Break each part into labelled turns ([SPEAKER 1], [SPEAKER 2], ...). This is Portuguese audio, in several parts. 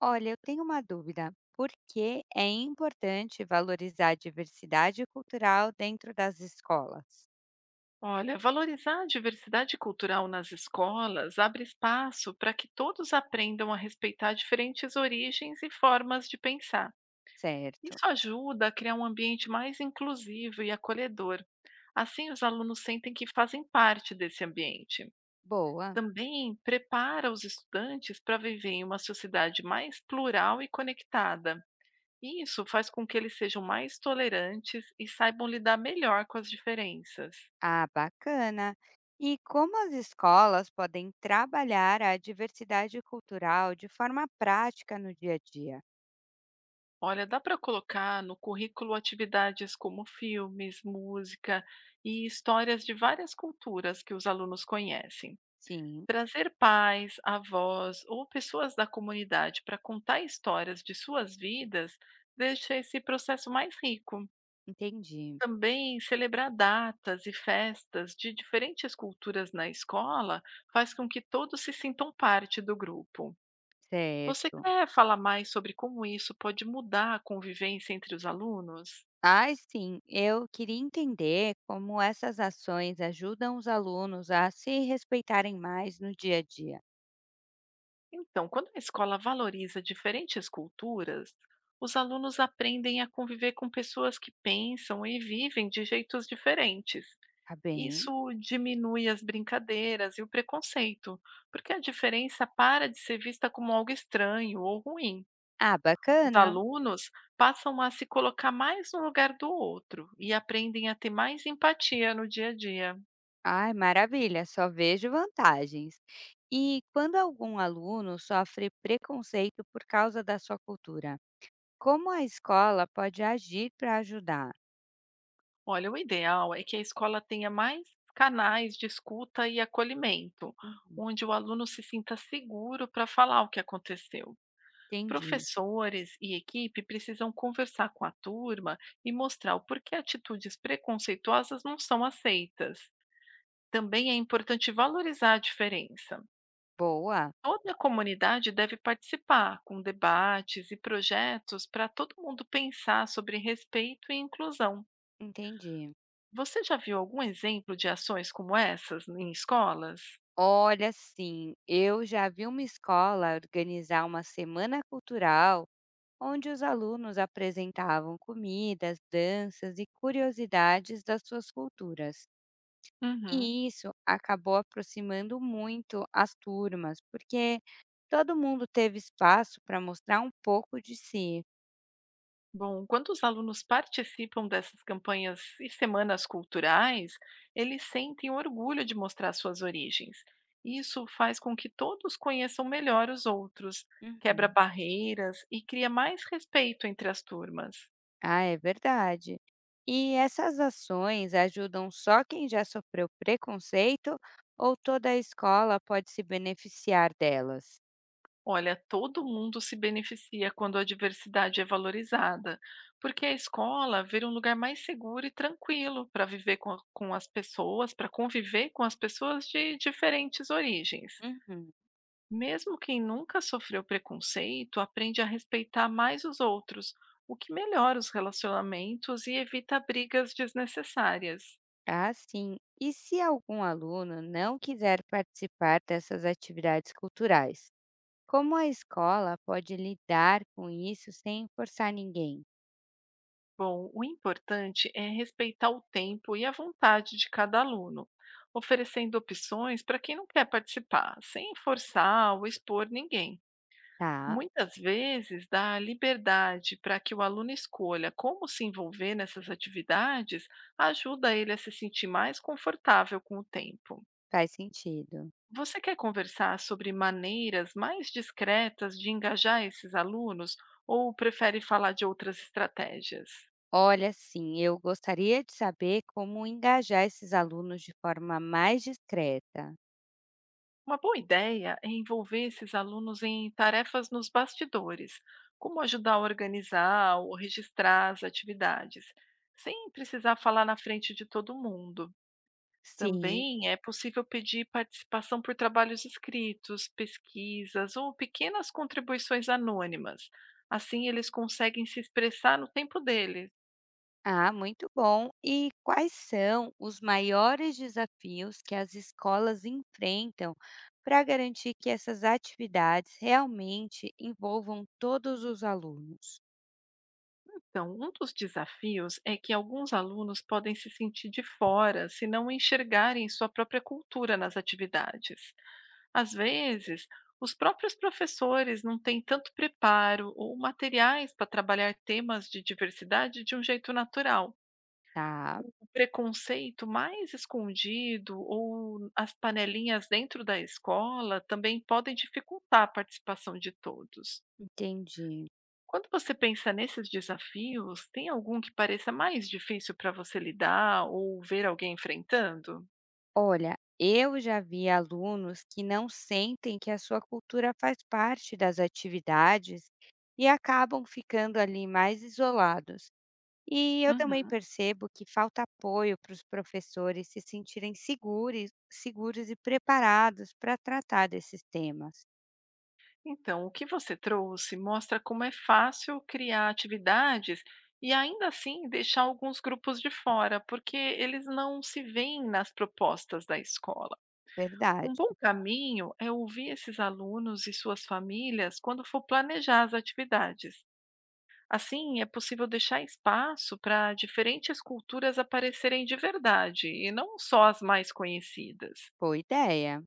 [SPEAKER 1] Olha, eu tenho uma dúvida. Por que é importante valorizar a diversidade cultural dentro das escolas?
[SPEAKER 2] Olha, valorizar a diversidade cultural nas escolas abre espaço para que todos aprendam a respeitar diferentes origens e formas de pensar.
[SPEAKER 1] Certo.
[SPEAKER 2] Isso ajuda a criar um ambiente mais inclusivo e acolhedor. Assim, os alunos sentem que fazem parte desse ambiente.
[SPEAKER 1] Boa.
[SPEAKER 2] Também prepara os estudantes para viver em uma sociedade mais plural e conectada. Isso faz com que eles sejam mais tolerantes e saibam lidar melhor com as diferenças.
[SPEAKER 1] Ah, bacana. E como as escolas podem trabalhar a diversidade cultural de forma prática no dia a dia?
[SPEAKER 2] Olha, dá para colocar no currículo atividades como filmes, música e histórias de várias culturas que os alunos conhecem.
[SPEAKER 1] Sim,
[SPEAKER 2] Trazer pais, avós ou pessoas da comunidade para contar histórias de suas vidas deixa esse processo mais rico.
[SPEAKER 1] entendi.
[SPEAKER 2] Também celebrar datas e festas de diferentes culturas na escola faz com que todos se sintam parte do grupo. Você
[SPEAKER 1] Certo.
[SPEAKER 2] quer falar mais sobre como isso pode mudar a convivência entre os alunos?
[SPEAKER 1] Ah, sim, eu queria entender como essas ações ajudam os alunos a se respeitarem mais no dia a dia.
[SPEAKER 2] Então, quando a escola valoriza diferentes culturas, os alunos aprendem a conviver com pessoas que pensam e vivem de jeitos diferentes.
[SPEAKER 1] Tá bem?
[SPEAKER 2] Isso diminui as brincadeiras e o preconceito, porque a diferença para de ser vista como algo estranho ou ruim.
[SPEAKER 1] Ah,
[SPEAKER 2] Os
[SPEAKER 1] bacana.
[SPEAKER 2] alunos passam a se colocar mais no lugar do outro e aprendem a ter mais empatia no dia a dia.
[SPEAKER 1] Ai, maravilha, só vejo vantagens. E quando algum aluno sofre preconceito por causa da sua cultura, como a escola pode agir para ajudar?
[SPEAKER 2] Olha, o ideal é que a escola tenha mais canais de escuta e acolhimento,
[SPEAKER 1] Uhum,
[SPEAKER 2] onde o aluno se sinta seguro para falar o que aconteceu.
[SPEAKER 1] entendi.
[SPEAKER 2] Professores e equipe precisam conversar com a turma e mostrar o porquê atitudes preconceituosas não são aceitas. Também é importante valorizar a diferença.
[SPEAKER 1] Boa,
[SPEAKER 2] Toda a comunidade deve participar, com debates e projetos para todo mundo pensar sobre respeito e inclusão.
[SPEAKER 1] entendi.
[SPEAKER 2] Você já viu algum exemplo de ações como essas em escolas?
[SPEAKER 1] Olha, sim, eu já vi uma escola organizar uma semana cultural onde os alunos apresentavam comidas, danças e curiosidades das suas culturas.
[SPEAKER 2] Uhum.
[SPEAKER 1] E isso acabou aproximando muito as turmas, porque todo mundo teve espaço para mostrar um pouco de si.
[SPEAKER 2] Bom, quando os alunos participam dessas campanhas e semanas culturais, eles sentem orgulho de mostrar suas origens. Isso faz com que todos conheçam melhor os outros, quebra
[SPEAKER 1] Uhum.
[SPEAKER 2] barreiras e cria mais respeito entre as turmas.
[SPEAKER 1] Ah, é verdade. E essas ações ajudam só quem já sofreu preconceito ou toda a escola pode se beneficiar delas?
[SPEAKER 2] Olha, todo mundo se beneficia quando a diversidade é valorizada, porque a escola vira um lugar mais seguro e tranquilo para viver com as pessoas, para conviver com as pessoas de diferentes origens.
[SPEAKER 1] Uhum.
[SPEAKER 2] Mesmo quem nunca sofreu preconceito aprende a respeitar mais os outros, o que melhora os relacionamentos e evita brigas desnecessárias.
[SPEAKER 1] Ah, sim. E se algum aluno não quiser participar dessas atividades culturais? Como a escola pode lidar com isso sem forçar ninguém?
[SPEAKER 2] Bom, o importante é respeitar o tempo e a vontade de cada aluno, oferecendo opções para quem não quer participar, sem forçar ou expor ninguém.
[SPEAKER 1] Tá,
[SPEAKER 2] Muitas vezes dá liberdade para que o aluno escolha como se envolver nessas atividades, ajuda ele a se sentir mais confortável com o tempo.
[SPEAKER 1] faz sentido.
[SPEAKER 2] Você quer conversar sobre maneiras mais discretas de engajar esses alunos ou prefere falar de outras estratégias?
[SPEAKER 1] Olha, sim, eu gostaria de saber como engajar esses alunos de forma mais discreta.
[SPEAKER 2] Uma boa ideia é envolver esses alunos em tarefas nos bastidores, como ajudar a organizar ou registrar as atividades, sem precisar falar na frente de todo mundo.
[SPEAKER 1] Sim,
[SPEAKER 2] Também é possível pedir participação por trabalhos escritos, pesquisas ou pequenas contribuições anônimas. Assim, eles conseguem se expressar no tempo deles.
[SPEAKER 1] ah, muito bom. E quais são os maiores desafios que as escolas enfrentam para garantir que essas atividades realmente envolvam todos os alunos?
[SPEAKER 2] Então, um dos desafios é que alguns alunos podem se sentir de fora se não enxergarem sua própria cultura nas atividades. Às vezes, os próprios professores não têm tanto preparo ou materiais para trabalhar temas de diversidade de um jeito natural.
[SPEAKER 1] Tá,
[SPEAKER 2] O preconceito mais escondido ou as panelinhas dentro da escola também podem dificultar a participação de todos.
[SPEAKER 1] entendi.
[SPEAKER 2] Quando você pensa nesses desafios, tem algum que pareça mais difícil para você lidar ou ver alguém enfrentando?
[SPEAKER 1] Olha, eu já vi alunos que não sentem que a sua cultura faz parte das atividades e acabam ficando ali mais isolados. E eu também
[SPEAKER 2] Uhum.
[SPEAKER 1] percebo que falta apoio para os professores se sentirem seguros e preparados para tratar desses temas.
[SPEAKER 2] Então, o que você trouxe mostra como é fácil criar atividades e ainda assim deixar alguns grupos de fora, porque eles não se veem nas propostas da escola. Um
[SPEAKER 1] Verdade.
[SPEAKER 2] bom caminho é ouvir esses alunos e suas famílias quando for planejar as atividades. Assim, é possível deixar espaço para diferentes culturas aparecerem de verdade e não só as mais conhecidas.
[SPEAKER 1] Boa ideia.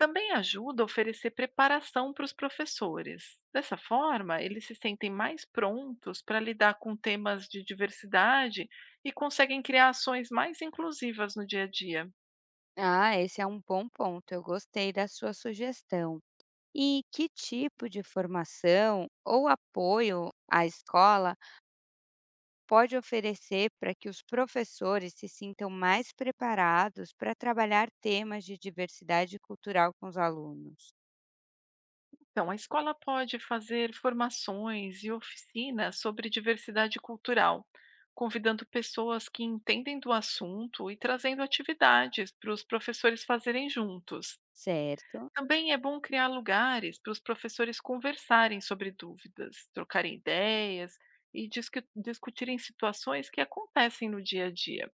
[SPEAKER 2] Também ajuda a oferecer preparação para os professores. Dessa forma, eles se sentem mais prontos para lidar com temas de diversidade e conseguem criar ações mais inclusivas no dia a dia.
[SPEAKER 1] Ah, esse é um bom ponto. Eu gostei da sua sugestão. E que tipo de formação ou apoio à escola pode oferecer para que os professores se sintam mais preparados para trabalhar temas de diversidade cultural com os alunos,
[SPEAKER 2] Então, a escola pode fazer formações e oficinas sobre diversidade cultural, convidando pessoas que entendem do assunto e trazendo atividades para os professores fazerem juntos.
[SPEAKER 1] certo?
[SPEAKER 2] Também é bom criar lugares para os professores conversarem sobre dúvidas, trocarem ideias e discutirem situações que acontecem no dia a dia.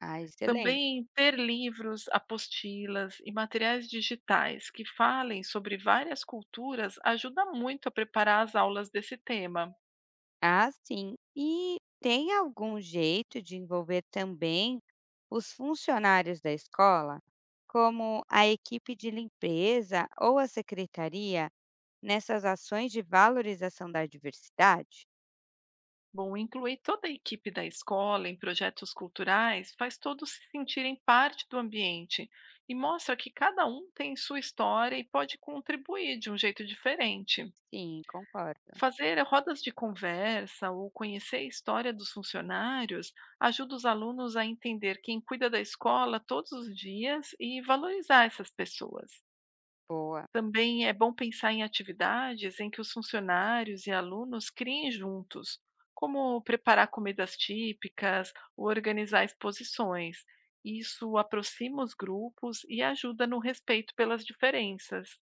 [SPEAKER 1] Ah, excelente.
[SPEAKER 2] Também ter livros, apostilas e materiais digitais que falem sobre várias culturas ajuda muito a preparar as aulas desse tema.
[SPEAKER 1] Ah, sim. E tem algum jeito de envolver também os funcionários da escola, como a equipe de limpeza ou a secretaria, nessas ações de valorização da diversidade?
[SPEAKER 2] Bom, incluir toda a equipe da escola em projetos culturais faz todos se sentirem parte do ambiente e mostra que cada um tem sua história e pode contribuir de um jeito diferente.
[SPEAKER 1] Sim, concordo.
[SPEAKER 2] Fazer rodas de conversa ou conhecer a história dos funcionários ajuda os alunos a entender quem cuida da escola todos os dias e valorizar essas pessoas.
[SPEAKER 1] Boa.
[SPEAKER 2] Também é bom pensar em atividades em que os funcionários e alunos criem juntos, como preparar comidas típicas ou organizar exposições. Isso aproxima os grupos e ajuda no respeito pelas diferenças.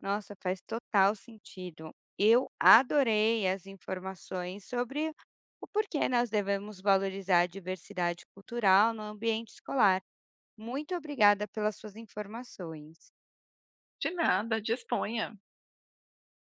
[SPEAKER 1] Nossa, faz total sentido. Eu adorei as informações sobre o porquê nós devemos valorizar a diversidade cultural no ambiente escolar. Muito obrigada pelas suas informações.
[SPEAKER 2] De nada, disponha!